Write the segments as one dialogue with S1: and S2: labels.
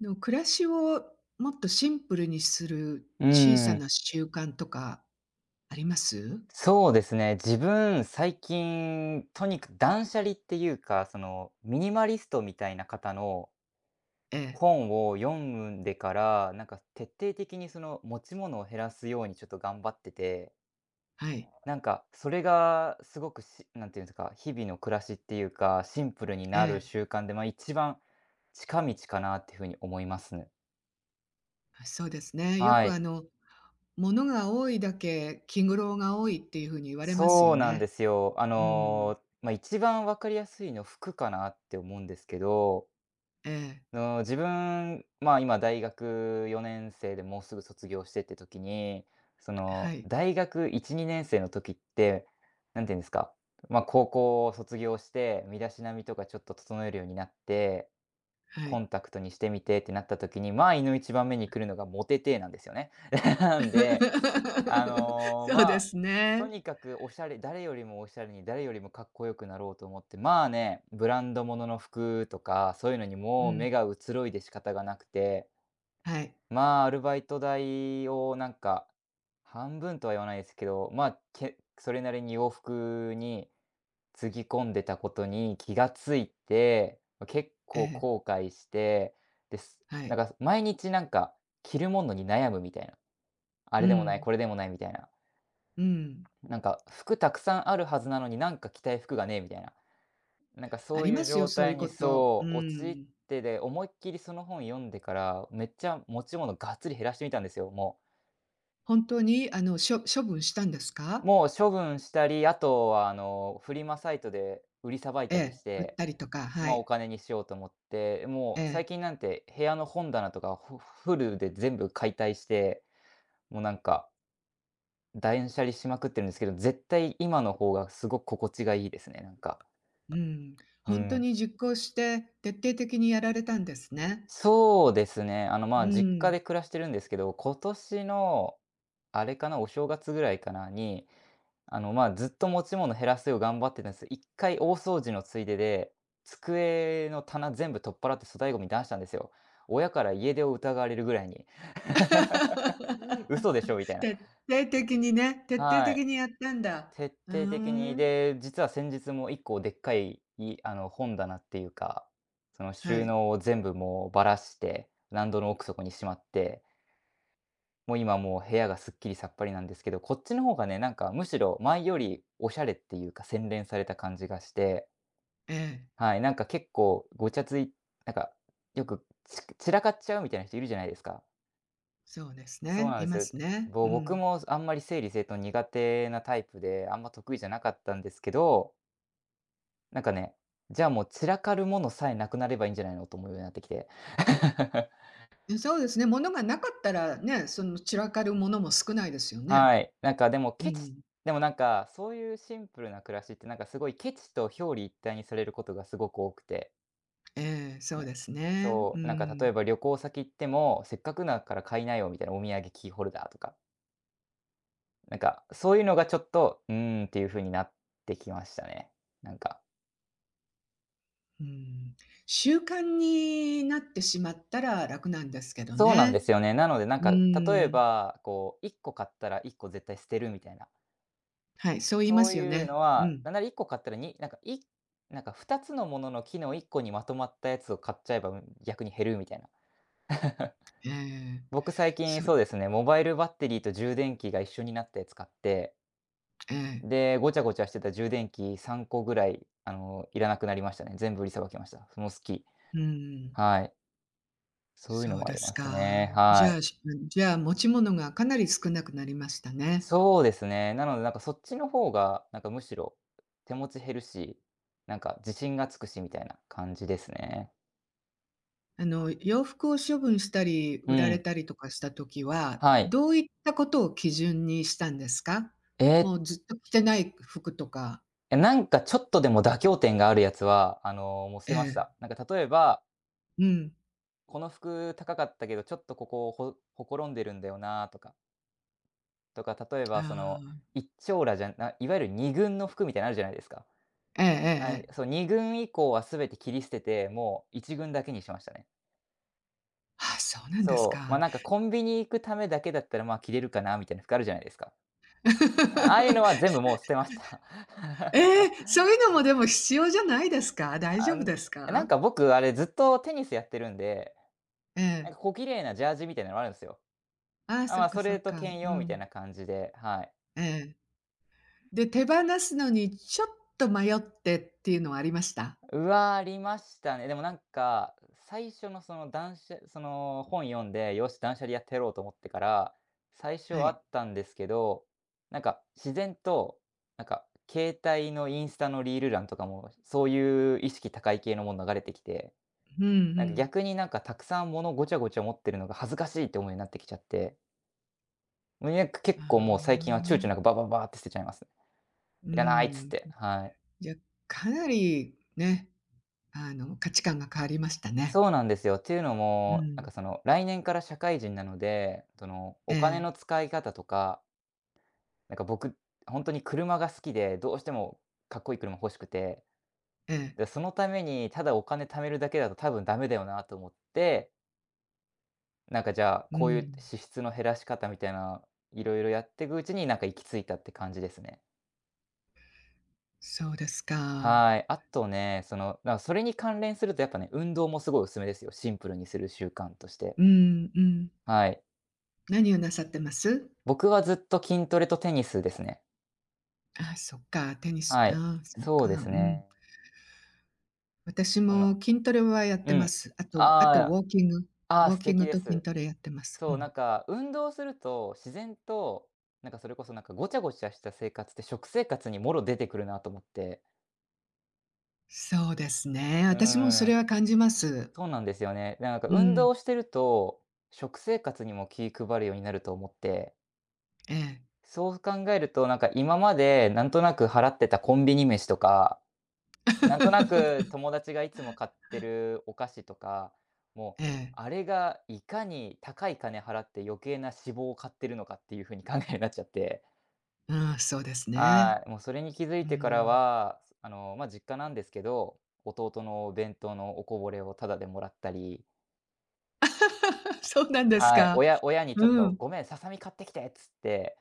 S1: でも暮らしをもっとシンプルにする
S2: うー
S1: 小さ
S2: ん、
S1: な習慣とかあります？
S2: そうですね。自分、最近、とにかく断捨離っていうか、ミニマリストみたいな方の
S1: ええ、
S2: 本を読んでから、なんか徹底的にその持ち物を減らすようにちょっと頑張ってて、
S1: はい、
S2: なんかそれがすごくしなんていうんですか、日々の暮らしっていうか、シンプルに
S1: え
S2: なる
S1: え、
S2: 習慣で、一番近道かなっていうふうに思いますね。
S1: あ、そうですね。よ
S2: は
S1: く
S2: い。
S1: 物が多いだけ気苦労が多いっていう風に言われます
S2: そ
S1: よ
S2: うなんで
S1: ね。
S2: すよ。
S1: うん、
S2: 一番わかりやすいの服かなって思うんですけど
S1: ええ、
S2: の、自分、今大学4年生でもうすぐ卒業してって時に、
S1: はい、
S2: 大学1、2年生の時って、なんて言うんですか、高校を卒業して、身だしなみとかちょっと整えるようになって、
S1: は
S2: コ
S1: い。
S2: ンタクトにしてみてってなった時に、いの一番目に来るのがモテてえなんですよね。で、あ の、
S1: そうで
S2: まあ、
S1: す
S2: と
S1: ね。
S2: にかくおしゃれ誰よりもおしゃれに、誰よりもかっこよくなろうと思って、ブランドものの服とか、そういうのに
S1: う
S2: もう
S1: ん、
S2: 目が移ろいで仕方がなくて、
S1: はい、
S2: アルバイト代を半分とは言わないですけど、それなりに洋服につぎ込んでたことに気がついて、結
S1: え
S2: 構
S1: え、
S2: 後悔してです。
S1: は
S2: なん
S1: い。
S2: か毎日なんか、着るものに悩むみたいな、あ
S1: う
S2: れでもない、
S1: ん、
S2: これでもないみたいな。
S1: うん。
S2: なんか、服たくさんあるはずなのに、なんか着たい服がねえみたいな。
S1: あ
S2: そう
S1: り
S2: いう
S1: ますよ、
S2: 状
S1: そう
S2: 態
S1: いう
S2: に
S1: こと。う
S2: 陥っ
S1: ん。
S2: てで、思いっきりその本読んでから、めっちゃ持ち物がっつり減らしてみたんですよ、も
S1: 本当に処分したんです
S2: う。
S1: か？
S2: もう処分したり、あとはフリマサイトで売りさばい
S1: え
S2: たりし
S1: え、売っ
S2: て、
S1: たりとか、は
S2: お
S1: い。
S2: 金にしようと思って、も
S1: え
S2: う最
S1: え、
S2: 近なんて部屋の本棚とかルで全部解体して、もうなんか、断捨離しまくってるんですけど、絶対今の方がすごく心地がいいですね、なんか。
S1: うん。
S2: う
S1: 本当
S2: ん。
S1: に実行して、徹底的にやられたんですね。
S2: そうですね。
S1: う
S2: 実家
S1: ん。
S2: で暮らしてるんですけど、今年の、あれかな、お正月ぐらいかなに、ずっと持ち物減らすよう頑張ってたんです。一回大掃除のついでで、机の棚全部取っ払って粗大ゴミ出したんですよ。親から家出を疑われるぐらいに。嘘でしょみたい な。
S1: 徹底的にね、徹底
S2: は
S1: 的
S2: い。
S1: にやったんだ。
S2: 徹
S1: う
S2: 底的
S1: ー
S2: に、
S1: ん。
S2: で、実は先日も1個でっかい、本棚っていうか、その
S1: は
S2: 収
S1: い。
S2: 納を全部もうばらして、納戸の奥底にしまって、もう今もう部屋がすっきりさっぱりなんですけど、こっちの方がね、なんかむしろ前よりおしゃれっていうか、洗練された感じがして、
S1: ええ、
S2: はい、なんか結構ごちゃついなんか、よく散らかっちゃうみたいな人いるじゃないですか。
S1: そうです
S2: そう
S1: ね、
S2: なんで
S1: い
S2: す
S1: ま
S2: よ。
S1: すね。う
S2: 僕
S1: ん。
S2: もあんまり整理整頓苦手なタイプで、あんま得意じゃなかったんですけど、なんかね、じゃあもう散らかるものさえなくなればいいんじゃないのと思うようになってきて。
S1: そうですね、物がなかったらね、その散らかるものも少ないですよね。
S2: はい。なんかでも
S1: う
S2: ケチ
S1: ん。
S2: でもなんか、そういうシンプルな暮らしって、なんかすごいケチと表裏一体にされることがすごく多くて、
S1: ええ、そう
S2: ね。
S1: ですね。う
S2: そう、なんか例え
S1: ん。
S2: ば旅行先行っても、せっかくだから買いなよみたいなお土産キーホルダーとか、なんかそういうのがちょっと、うーんっていう風になってきましたね。なんか。
S1: うん、習慣になってしまったら楽なんですけど
S2: そうなんで
S1: ね。
S2: すよね。なのでなん
S1: う
S2: か、例え
S1: ーん、
S2: ばこう1個買ったら1個絶対捨てるみたいな。
S1: はい、そう言いま
S2: そう
S1: すよ
S2: いうの
S1: ね。う
S2: は、
S1: ん。
S2: なんなら1個買ったら、になんかいなんか2つのものの機能1個にまとまったやつを買っちゃえば、うん、逆に減るみたいな。
S1: ええ、
S2: 僕最近
S1: そう、
S2: そうですね、モバイルバッテリーと充電器が一緒になったやつ買って、
S1: ええ、
S2: で、ごちゃごちゃしてた充電器3個ぐらい、あの、いらなくなりましたね。全部売りさばきました。その好き。
S1: うん、
S2: はい。そういうの
S1: そう
S2: もあ
S1: で
S2: り
S1: す
S2: ます
S1: か。
S2: ね。
S1: じ
S2: は
S1: ゃ
S2: い。
S1: あ、持ち物がかなり少なくなりましたね。
S2: そうですね。なのでなんかそっちの方が、なんかむしろ手持ち減るし、なんか自信がつくしみたいな感じですね。
S1: 洋服を処分したり、
S2: う
S1: 売られ
S2: ん。
S1: たりとかした時は、
S2: はい。
S1: どういったことを基準にしたんですか？
S2: えー
S1: もうずっと着てない服とか。
S2: なんかちょっとでも妥協点があるやつは、もう捨
S1: え
S2: てまし
S1: え、
S2: た。なんか例えば、
S1: うん、
S2: この服高かったけど、ちょっとここ、ほころんでるんだよなとか、例え
S1: あ
S2: ば
S1: あ、
S2: 一張羅じゃないゆる二軍の服みたいなのあるじゃないですか。
S1: ええええ
S2: あ、
S1: ええ。
S2: そう、二軍以降は全て切り捨てて、もう一軍だけにしましたね。
S1: あ、そうなんです
S2: そう、
S1: か。
S2: なんかコンビニ行くためだけだったら、着れるかなみたいな服あるじゃないですか。ああいうのは全 部もう捨てました。
S1: ええ、そう いうのもでも必要じゃないですか？大
S2: あ
S1: 丈夫
S2: ん
S1: です
S2: なん
S1: か？
S2: か僕、あれ、ずっとテニスやってるんで、
S1: え
S2: なん
S1: え。
S2: か小綺麗なジャージみたいなのあるんすよ。
S1: ああ、
S2: あ、
S1: そっ
S2: ま、
S1: か
S2: そ
S1: そ
S2: れ
S1: っ
S2: と
S1: か。
S2: 兼
S1: う
S2: 用みたい
S1: ん。
S2: な感じで、はい。
S1: ええ。で、手放すのにちょっと迷ってっていうのはありました？
S2: うわ、ありましたね。でもなんか、最初のそのその本読んで、よし、断捨離やってやろうと思ってから、最初
S1: は
S2: はあ
S1: い。
S2: ったんですけど、なんか自然と、なんか携帯のインスタのリール欄とかも、そういう意識高い系のもの流れてきて、
S1: うんう
S2: なんか
S1: ん。
S2: 逆になんかたくさん物ごちゃごちゃ持ってるのが恥ずかしいって思うようになってきちゃって。無理なく
S1: あ
S2: 結構もう最近は躊躇なく
S1: あ。
S2: バババーって捨てちゃいますね。
S1: う
S2: いらないっつっ
S1: ん。
S2: て、はい。
S1: じゃ、かなりね、価値観が変わりましたね。
S2: そうなんですよ。っていうの
S1: う
S2: も、
S1: ん。
S2: 来年から社会人なので、
S1: え
S2: お金
S1: え、
S2: の使い方とか、なんか僕、ほんとに車が好きで、どうしてもかっこいい車欲しくて、
S1: ええ。
S2: で、そのためにただお金貯めるだけだと多分ダメだよなと思って、なんかじゃあ、
S1: う
S2: こういう
S1: ん。
S2: 支出の減らし方みたいな、いろいろやってくうちに、なんか行き着いたって感じですね。
S1: そうですか。
S2: はい。あとね、それに関連するとやっぱね、運動もすごいおすすめですよ。シンプルにする習慣として。
S1: うんうん。
S2: はい。
S1: 何をなさってます？
S2: 僕はずっと筋トレとテニスですね。
S1: あ、そっか、テニス、
S2: はい。
S1: ああ、そっ
S2: そう
S1: か、
S2: で
S1: う
S2: す
S1: ん。
S2: ね。
S1: 私
S2: その
S1: も筋トレはやっ
S2: う
S1: てま
S2: ん。
S1: す。あとウ
S2: あ
S1: ォーキング。
S2: あ、あ
S1: ウ
S2: あ、
S1: ォー
S2: 素
S1: キン
S2: 敵
S1: グ
S2: で
S1: と筋
S2: す。
S1: トレやってます。う
S2: そう、なん
S1: ん。
S2: か運動すると自然と、なんかそれこそなんかごちゃごちゃした生活って食生活にもろ出てくるなと思って。
S1: そうですね。
S2: う
S1: 私もそ
S2: ー
S1: れ
S2: ん、
S1: は感じます。
S2: そうなんですよね。なんか
S1: う
S2: 運
S1: ん、
S2: 動してると、食生活にも気配るようになると思って。
S1: ええ。
S2: そう考えると、なんか今までなんとなく払ってたコンビニ飯とか、なんとなく友 達がいつも買ってるお菓子とか、もう、
S1: ええ、
S2: あれがいかに高い金払って余計な脂肪を買ってるのかっていう風に考えるようになっちゃって、
S1: うん、そうですね。
S2: はい、もうそれに気づい
S1: う
S2: てから
S1: ん。
S2: は、あの、まあ、実家なんですけど、弟のお弁当のおこぼれをタダでもらったり、
S1: そうなんです
S2: はい、
S1: か。
S2: 親にちょっ
S1: う
S2: と
S1: ん。
S2: 「ごめん、ささみ買ってきて」っつって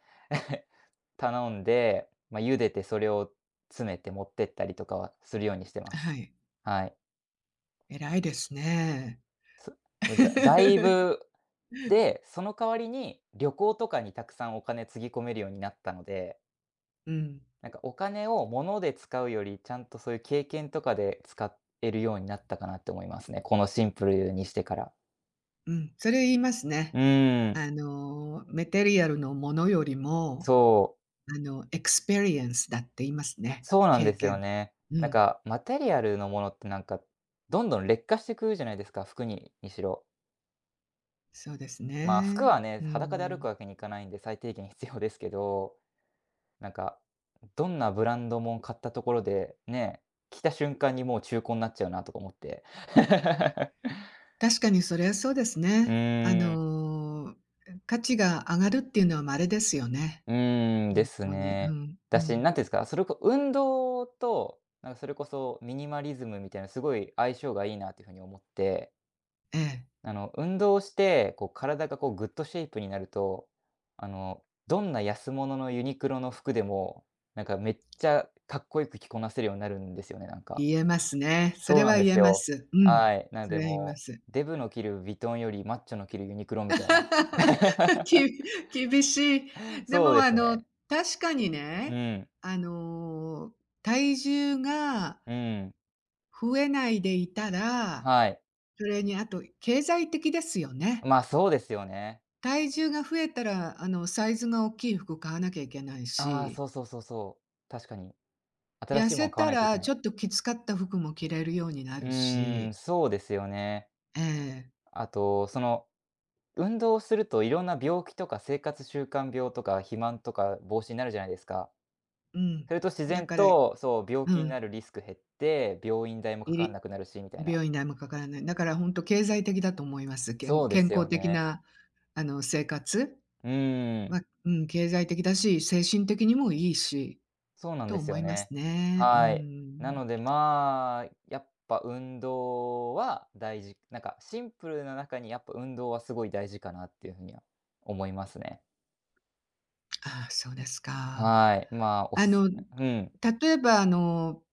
S2: 頼んで、まあ、茹でてそれを詰めて持ってったりとかはするようにしてま
S1: は
S2: す。
S1: い。
S2: はい。
S1: 偉いですね。
S2: そだだい ぶで、その代わりに旅行とかにたくさんお金つぎ込めるようになったので、
S1: うん、
S2: なんかお金を物で使うより、ちゃんとそういう経験とかで使えるようになったかなって思いますね。このシンプルにしてから。
S1: うん、それ言います
S2: う
S1: ね。
S2: ーん、
S1: メテリアルのものよりも、
S2: そう、
S1: エクスペリエンスだって言いますね。
S2: そうなんで
S1: 経
S2: すよ
S1: 験。
S2: ね。
S1: う
S2: なん
S1: ん、
S2: かマテリアルのものってなんか、どんどん劣化してくるじゃないですか、服にしろ。
S1: そうです
S2: まあ、服
S1: ね。
S2: はね、
S1: う
S2: 裸で歩
S1: ん。
S2: くわけにいかないんで、最低限必要ですけど、なんか、どんなブランドもん買ったところで、ね、着た瞬間にもう中古になっちゃうなとか思って。
S1: 確かにそれはそうです
S2: う
S1: ね。
S2: ーん、
S1: 価値が上がるっていうのは稀ですよね。
S2: うーん、で
S1: 本
S2: す
S1: 当に。う
S2: ね。
S1: ん、う
S2: だし、
S1: ん。
S2: なんていうんですか、それこ運動と、なんかそれこそミニマリズムみたいな、すごい相性がいいなっていう風に思って。
S1: ええ、
S2: あの、運動して、こう体がこうグッドシェイプになると、あの、どんな安物のユニクロの服でも、なんかめっちゃかっこよく着こなせるようになるんですよね、なんか。
S1: 言えますね。そ
S2: そう
S1: れ
S2: なん
S1: は
S2: で
S1: 言
S2: す
S1: えま
S2: よ。
S1: す。うん、
S2: はい。なん
S1: そ
S2: で
S1: れは言いま
S2: も
S1: す。
S2: う、デブの着るヴィトンよりマッチョの着るユニクロみたいな。
S1: き厳しい。で
S2: そう
S1: も、
S2: ですね。
S1: 確かに
S2: う
S1: ね、
S2: ん、
S1: あの、体重が
S2: うん、
S1: 増えないでいたら
S2: はい。
S1: それにあと経済的ですよね。
S2: まあ、そうですよね。
S1: 体重が増えたら、サイズが大きい服買わなきゃいけない
S2: ああ、
S1: し、
S2: そうそうそうそう。確かに。新
S1: 痩
S2: しいも
S1: せ
S2: ん買わな
S1: た
S2: いといけ
S1: ら
S2: な
S1: ち
S2: い。
S1: ょっときつかった服も着れるようにな
S2: う
S1: る
S2: ーん、
S1: し、
S2: そうですよね。
S1: ええ、
S2: あと、その運動をするといろんな病気とか生活習慣病とか肥満とか防止になるじゃないですか。
S1: うん。
S2: それと自
S1: だ
S2: 然
S1: から
S2: と、そう、病
S1: う
S2: 気にな
S1: ん、
S2: るリスク減って、病院代もか
S1: い
S2: かんな
S1: り
S2: くなるし、みたい
S1: 美
S2: な。
S1: 容院代もかからない。だからほんと経済的だと思います。
S2: そうです
S1: 健
S2: よ
S1: 康的
S2: ね。
S1: な、生活
S2: うーん、
S1: はうん、経済的だし、精神的にもいいし、
S2: そうなん
S1: と
S2: です
S1: 思
S2: よ
S1: います
S2: ね。
S1: ね。う
S2: はい。な
S1: ん。
S2: ので、まあ、やっぱ運動は大事、なんかシンプルな中にやっぱ運動はすごい大事かなっていうふうには思いますね。
S1: ああ、そうですか。
S2: はい、まあ、お
S1: あ
S2: すす
S1: の、
S2: め。うん。
S1: 例えば、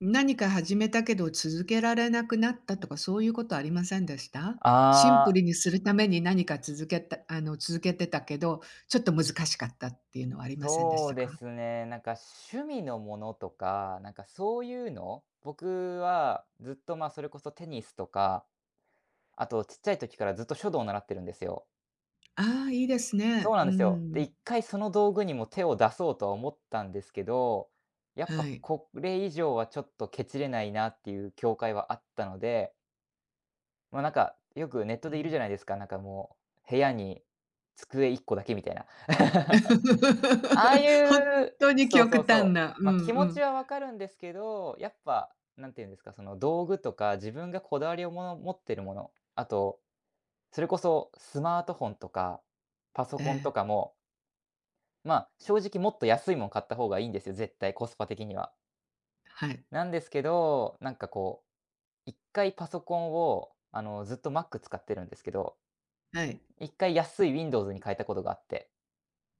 S1: 何か始めたけど続けられなくなったとか、そういうことありませんでした？シンプ
S2: あー
S1: ルにするために何か続けてたけど、ちょっと難しかったっていうのはありませんでし
S2: そう
S1: た
S2: で
S1: か？
S2: すね。なんか趣味のものとか、なんかそういうの、僕はずっと、ま、あそれこそテニスとか、あとちっちゃい時からずっと書道を習ってるんですよ。
S1: ああ、いいです
S2: そう
S1: ね。
S2: なん
S1: う
S2: ですよ。で、
S1: ん。
S2: 1回その道具にも手を出そうとは思ったんですけど、やっぱ
S1: はい。
S2: これ以上はちょっとケチれないなっていう境界はあったので、まあ、なんか、よくネット
S1: う
S2: でいるじゃ
S1: ん。
S2: ないですか、なんかもう、部屋に机1個だけみたいな。ああ
S1: 本
S2: いう
S1: 当に
S2: そう
S1: 極
S2: そう
S1: 端
S2: そ
S1: な。う
S2: う。ま、
S1: ん
S2: あ気
S1: う
S2: 持ち
S1: ん。
S2: はわかるんですけど、やっぱ、なんていうんですか、その道具とか自分がこだわりをもの持ってるもの、あと、それこそスマートフォンとかパソ
S1: え
S2: コンと
S1: え。
S2: かも、ま、あ正直もっと安いもん買った方がいいんですよ、絶対コスパ的には。
S1: はい。
S2: なんですけど、なんかこう、1回パソコンを、あの、ずっと Mac 使ってるんですけど
S1: はい。
S2: 一回安い Windows に変えたことがあって、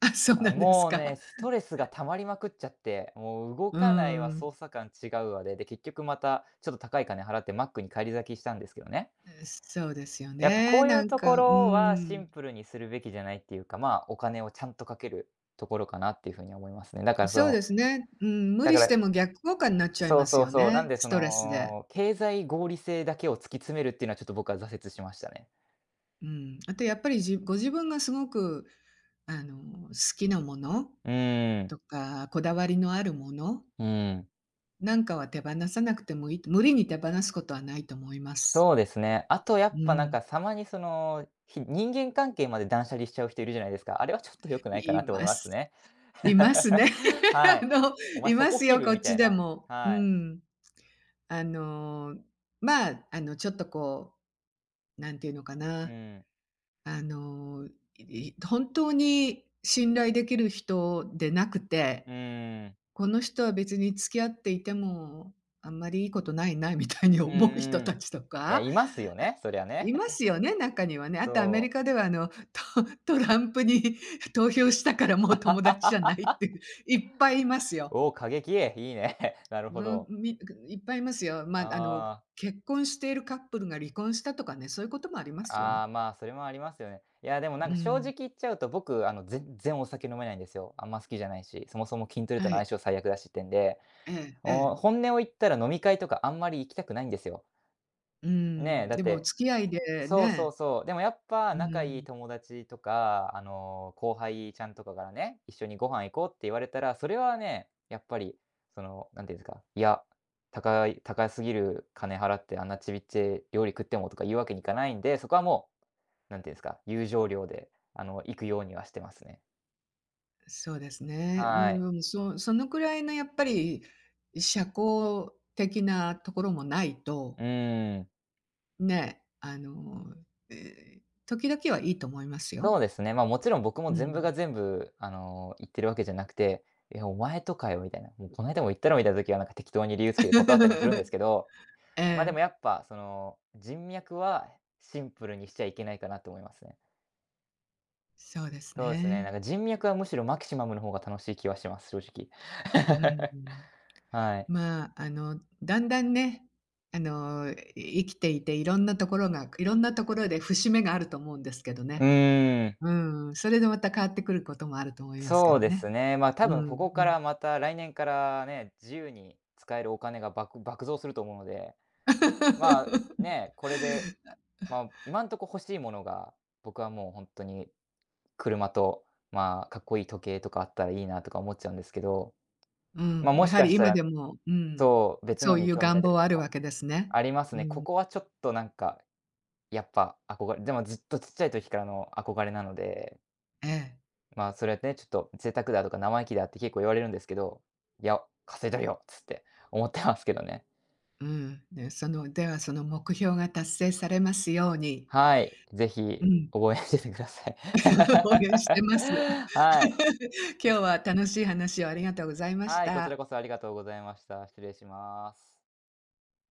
S1: あ、そう
S2: あ、
S1: なんです
S2: もうね、
S1: か。
S2: ストレスが溜まりまくっちゃって、もう動
S1: う
S2: かないわ、
S1: ん。
S2: 操作感違うわで、で、結局またちょっと高い金払って Mac に返り咲きしたんですけどね。
S1: そうですよ
S2: やっぱこ
S1: ね、
S2: ういう
S1: なん
S2: とこ
S1: か、う
S2: ろはシ
S1: ん。
S2: ンプルにするべきじゃないっていうか、まあ、お金をちゃんとかけるところかなっていう風に思いますね。だからそ
S1: そう
S2: の、
S1: ですね。うん、無
S2: だか
S1: 理し
S2: ら
S1: ても逆効果になっちゃい
S2: そ
S1: ま
S2: う
S1: す
S2: そう
S1: よ
S2: そう、なん
S1: ね、
S2: でそ
S1: ストレスで。
S2: の、経済合理性だけを突き詰めるっていうのはちょっと僕は挫折しましたね。
S1: うん。あとやっぱり、ご自分がすごく、あの、好きなもの
S2: うーん、
S1: とか、こだわりのあるもの
S2: うーん。
S1: なんかは手放さなくてもいい無理に手放すことはないと思います。
S2: そうですね。あとや
S1: う
S2: っぱなん
S1: ん、
S2: か、たまにその、人間関係まで断捨離しちゃう人いるじゃないですか。あれはちょっと良くないか
S1: い
S2: なと思い
S1: ま
S2: ます
S1: す。
S2: ね。
S1: いますね。
S2: は
S1: あ
S2: い。
S1: の、
S2: お前
S1: い
S2: そ
S1: ま
S2: こ
S1: す
S2: 切
S1: よ、
S2: る？
S1: こ
S2: み
S1: っ
S2: た
S1: ち
S2: い
S1: で
S2: な。
S1: も。う
S2: はい。
S1: ん。あの、まあ、ちょっとこう、なんていうのか
S2: う
S1: な、
S2: ん。
S1: あの、本当に信頼できる人でなくて、
S2: うん。
S1: この人は別に付き合っていても、あんまりいいことないなみたいに
S2: うん
S1: 思う人
S2: うん。
S1: たちと
S2: いや、
S1: か、
S2: いますよ
S1: あ、
S2: ね、そりゃね。
S1: いま すよね、中にはね。あとアメ
S2: そ
S1: リカ
S2: う。
S1: ではトランプに投票したからもう友達じゃないっていう、いっぱいいますよ。
S2: おお、過激。いいね。なるほ
S1: うん、
S2: ど。
S1: いっぱいいますよ。まあ、
S2: あ
S1: 結婚しているカップルが離婚したとかね、そういうこともあります
S2: あ、あ
S1: よ。
S2: あ、まあ、それもありますよね。いや、でもなん
S1: う
S2: か正直
S1: ん。
S2: 言っちゃうと、僕あの、全然お酒飲めないんですよ。あんま好きじゃないし、そもそも筋トレと
S1: は
S2: の相
S1: い。
S2: 性最悪だしってんで。
S1: えええ
S2: お
S1: え。
S2: 本音を言ったら飲み会とかあんまり行きたくないんですよ。
S1: う
S2: ね、え
S1: ん、
S2: だっ
S1: でもお
S2: て
S1: 付き合いで
S2: そうそう
S1: ね、
S2: そう。でもやっぱ
S1: う
S2: 仲いい
S1: ん、
S2: 友達とか、あの、後輩ちゃんとかからね、一緒にご飯行こうって言われたら、それはね、やっぱりその、なんていうんですか、いや、高すぎる金払ってあんなちびっちい料理食ってもとか言うわけにいかないんで、そこはもう、なんていうんですか、友情料で、あの、行くようにはしてますね。
S1: そうですね。うん、
S2: はい。
S1: うん、そのくらいのやっぱり社交的なところもない
S2: う
S1: と、
S2: ーん。
S1: ね、え、時々はいいと思います
S2: そ
S1: よ。
S2: うですね。ま、もちろん僕も
S1: う
S2: 全部が
S1: ん。
S2: 全部、あの、言ってるわけじゃなくて、「え、お前とかよ」みたいな、「もうこないだも言ったろ」みたいな時は、なんか適当に理由つけて断ったりもするんですけど、
S1: え
S2: ま、でも
S1: え、
S2: やっぱ、その、人脈はシンプルにしちゃいけないかなと思いますね。
S1: そうです
S2: そうですね、なん
S1: ね。
S2: か人脈はむしろマキシマムの方が楽しい気はします、正直。
S1: うん。
S2: はい。
S1: まあ、だんだんね、あの、生きていて、いろんなところで節目があると思うんですけど
S2: う
S1: ね。
S2: ーん、
S1: うん、それでまた変わってくることもあると思いますけ
S2: そう
S1: ど
S2: です
S1: ね。
S2: ね。ま、多
S1: う
S2: 分こ
S1: ん、
S2: こか
S1: うん。
S2: らまた来年からね、自由に使えるお金が爆増すると思うので、まあ、ね、これでまあ、今んとこ欲しいものが、僕はもう本当に車と、まあ、かっこいい時計とかあったらいいなとか思っちゃうんですけど、
S1: う
S2: ま、
S1: ん、
S2: あも
S1: や
S2: し
S1: は
S2: か
S1: り
S2: した
S1: 今
S2: ら
S1: でも、うん、
S2: そう、別
S1: そ
S2: の
S1: う
S2: に
S1: いう
S2: 興味が
S1: 願
S2: 出
S1: 望
S2: る
S1: は
S2: か
S1: あるわ
S2: も。
S1: けですね。
S2: あります
S1: う
S2: ね。こ
S1: ん、
S2: こはちょっとなんか、やっぱ憧れでもずっとちっちゃい時からの憧れなので、
S1: ええ、
S2: まあ、それはね、ちょっと贅沢だとか生意気だって結構言われるんですけど、いや、稼いだるよっつって思ってますけどね。
S1: うん。で、ではその目標が達成されますように、
S2: はい、ぜ
S1: う
S2: ひ
S1: ん、
S2: 覚えててください。
S1: 応援してます。
S2: はい。
S1: 今日は楽しい話をありがとうございまし
S2: はい、こちら
S1: た。
S2: こそありがとうございました。失礼します。